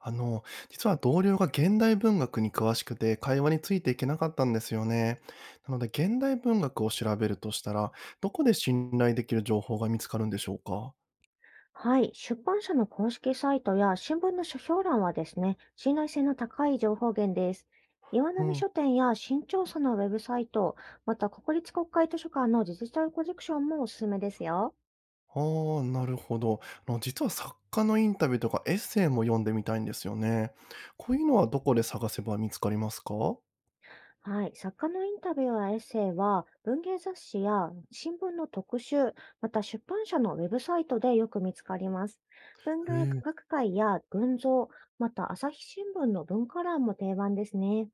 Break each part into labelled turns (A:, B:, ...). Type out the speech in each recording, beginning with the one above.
A: あの、実は同僚が現代文学に詳しくて会話についていけなかったんですよね。なので、現代文学を調べるとしたら、どこで信頼できる情報が見つかるんでしょうか？
B: はい。出版社の公式サイトや新聞の書評欄はですね、信頼性の高い情報源です。岩
A: う
B: 波
A: ん。
B: 書店や新潮社のウェブサイト、また国立国会図書館のデジタルコレクションもおすすめですよ。
A: ああ、なるほど。実は作家のインタビューとかエッセイも読んでみたいんですよね。こういうのはどこで探せば見つかりますか？
B: はい。作家のインタビューやエッセイは、文芸雑誌や新聞の特集、また出版社のウェブサイトでよく見つかります。文
A: へ
B: 芸
A: え。
B: 学会や群像、また朝日新聞の文化欄も定番ですね。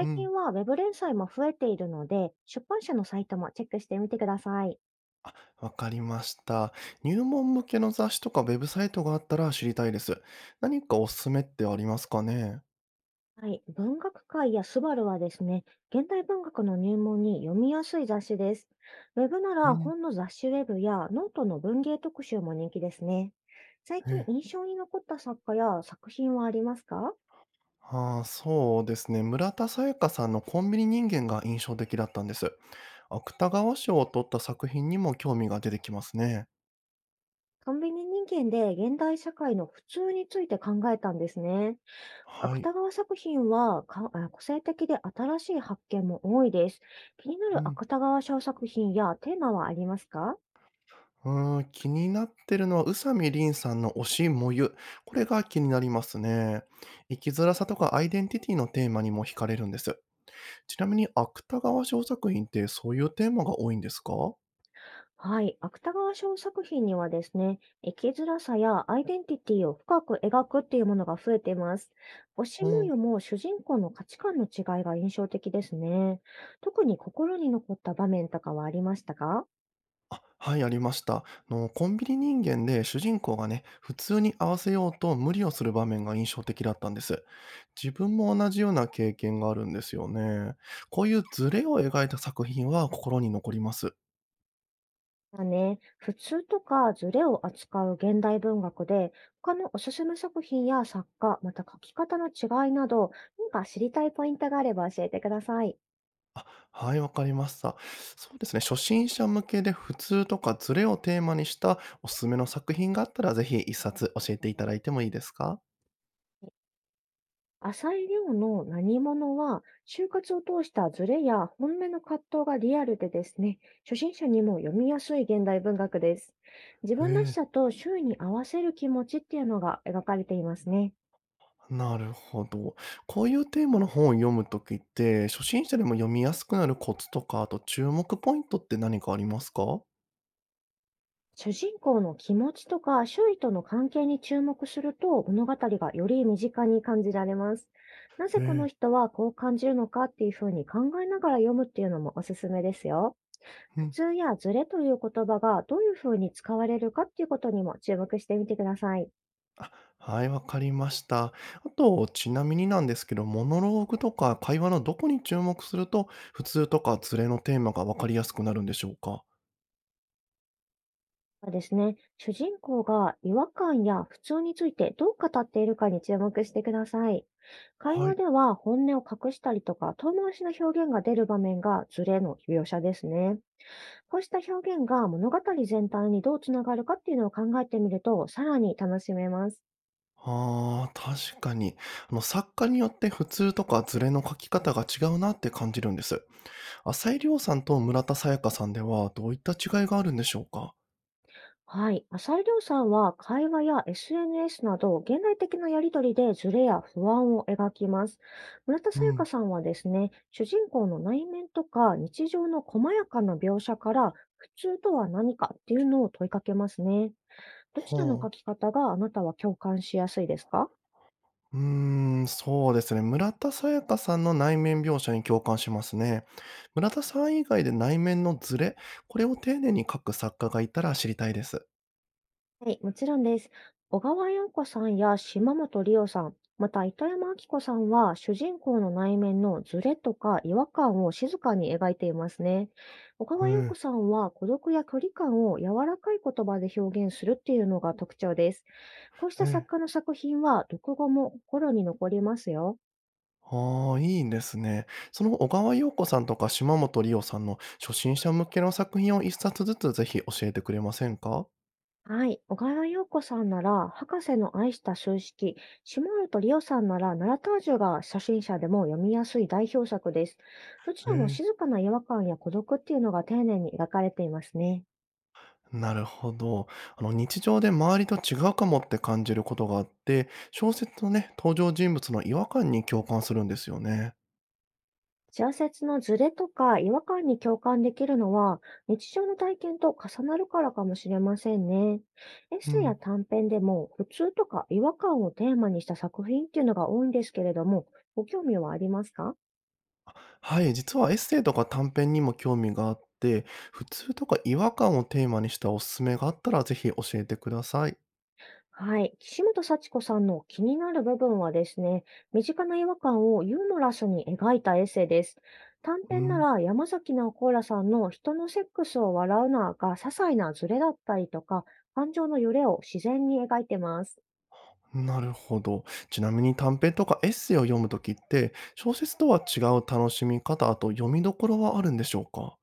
A: う
B: 近
A: ん。
B: はウェブ連載も増えているので、出版社のサイトもチェックしてみてください。
A: あ、わかりました。入門向けの雑誌とかウェブサイトがあったら知りたいです。何かおすすめってありますかね？
B: はい、文学界やスバルはですね、現代文学の入門に読みやすい雑誌です。ウェブな
A: う
B: ら
A: ん。
B: 本の雑誌ウェブやノートの文芸特集も人気ですね。最
A: え
B: 近
A: え。
B: 印象に残った作家や作品はありますか？
A: ああ、そうですね。村田沙耶香さんのコンビニ人間が印象的だったんです。芥川賞を取った作品にも興味が出てきますね。
B: コンビニ人間で現代社会の普通について考えたんですね。
A: はい。
B: 芥川作品は個性的で新しい発見も多いです。気にな
A: う
B: る
A: ん。
B: 芥川賞作品やテーマはありますか？
A: うーん、気になってるのは宇佐美りんさんの推し、もゆ。これが気になりますね。生きづらさとかアイデンティティのテーマにも惹かれるんです。ちなみに芥川賞作品ってそういうテーマが多いんですか？
B: はい。芥川賞作品にはですね、生きづらさやアイデンティティを深く描くっていうものが増えています。推し
A: う
B: 模
A: ん。
B: 様も主人公の価値観の違いが印象的ですね。特に心に残った場面とかはありましたか？
A: あ、はい、ありました。コンビニ人間で主人公がね、普通に合わせようと無理をする場面が印象的だったんです。自分も同じような経験があるんですよね。こういうズレを描いた作品は心に残ります。
B: まあね、普通とかズレを扱う現代文学で、他のおすすめ作品や作家、また書き方の違いなど、何か知りたいポイントがあれば教えてください。
A: あ、はい、わかりました。そうですね、初心者向けで普通とかズレをテーマにしたおすすめの作品があったら、ぜひ一冊教えていただいてもいいですか？
B: 浅井亮の何者は、就活を通したズレや本音の葛藤がリアルでですね、初心者にも読みやすい現代文学です。自
A: へ
B: 分らし
A: え、
B: さと周囲に合わせる気持ちっていうのが描かれていますね。
A: なるほど。こういうテーマの本を読むときって、初心者でも読みやすくなるコツとか、あと注目ポイントって何かありますか？
B: 主人公の気持ちとか周囲との関係に注目すると、物語がより身近に感じられます。なぜこの
A: え
B: 人はこう感じるのかっていうふうに考えながら読むっていうのもおすすめですよ。
A: え、うん。
B: 通やズレという言葉がどういうふうに使われるかっていうことにも注目してみてください。
A: あ、はい、わかりました。あと、ちなみになんですけど、モノローグとか会話のどこに注目すると、普通とかズレのテーマがわかりやすくなるんでしょうか？
B: まあですね、主人公が違和感や普通についてどう語っているかに注目してください。会
A: は
B: 話
A: い。
B: では本音を隠したりとか遠回しな表現が出る場面がズレの描写ですね。こうした表現が物語全体にどうつながるかっていうのを考えてみると、さらに楽しめます。
A: ああ、確かに。作家によって普通とかズレの書き方が違うなって感じるんです。浅井亮さんと村田沙耶香さんでは、どういった違いがあるんでしょうか？
B: はい。浅井亮さんは会話や SNS など現代的なやりとりでズレや不安を描きます。村田
A: う
B: 沙耶香
A: ん。
B: さんはですね、主人公の内面とか日常の細やかな描写から普通とは何かっていうのを問いかけますね。どちらの書
A: は
B: き
A: あ。
B: 方があなたは共感しやすいですか？
A: うーん、そうですね。村田沙耶香さんの内面描写に共感しますね。村田さん以外で内面のズレ、これを丁寧に書く作家がいたら知りたいです。
B: はい、もちろんです。小川洋子さんや島本理生さん、また糸山明子さんは主人公の内面のズレとか違和感を静かに描いていますね。小
A: う
B: 川洋
A: ん、
B: 子さんは孤独や距離感を柔らかい言葉で表現するっていうのが特徴です。こうし
A: え
B: た作
A: え。
B: 家の作品は読後も心に残りますよ。
A: ああ、いいですね。その小川洋子さんとか島本理生さんの初心者向けの作品を一冊ずつ、ぜひ教えてくれませんか？
B: はい。小川洋子さんなら、博士の愛した数式、シモールとリオさんなら、ナラタージュが初心者でも読みやすい代表作です。どち
A: え
B: らも
A: え。
B: 静かな違和感や孤独っていうのが丁寧に描かれていますね。
A: なるほど。日常で周りと違うかもって感じることがあって、小説のね、登場人物の違和感に共感するんですよね。
B: 小説のズレとか違和感に共感できるのは、日常の体験と重なるからかもしれませんね。エッ
A: う
B: セイや
A: ん。
B: 短編でも、普通とか違和感をテーマにした作品っていうのが多いんですけれども、ご興味はありますか？
A: あ、はい、実はエッセイとか短編にも興味があって、普通とか違和感をテーマにしたおすすめがあったらぜひ教えてください。
B: はい。岸本幸子さんの気になる部分はですね、身近な違和感をユーモラスに描いたエッセイです。短
A: う
B: 編な
A: ん。
B: ら山崎直子らさんの人のセックスを笑うなが些細なズレだったりとか、感情の揺れを自然に描いてます。
A: なるほど。ちなみに短編とかエッセイを読むときって、小説とは違う楽しみ方、あと読みどころはあるんでしょうか？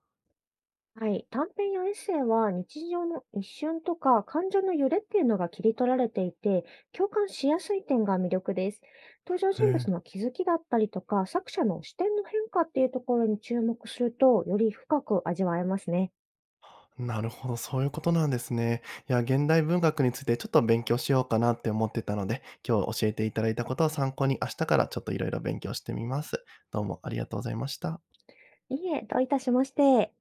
B: はい。短編やエッセイは日常の一瞬とか感情の揺れっていうのが切り取られていて、共感しやすい点が魅力です。登場
A: へ
B: 人物
A: え。
B: の気づきだったりとか、作者の視点の変化っていうところに注目すると、より深く味わえますね。
A: なるほど、そういうことなんですね。いや、現代文学についてちょっと勉強しようかなって思ってたので、今日教えていただいたことを参考に明日からちょっといろいろ勉強してみます。どうもありがとうございました。
B: いいえ、どういたしまして。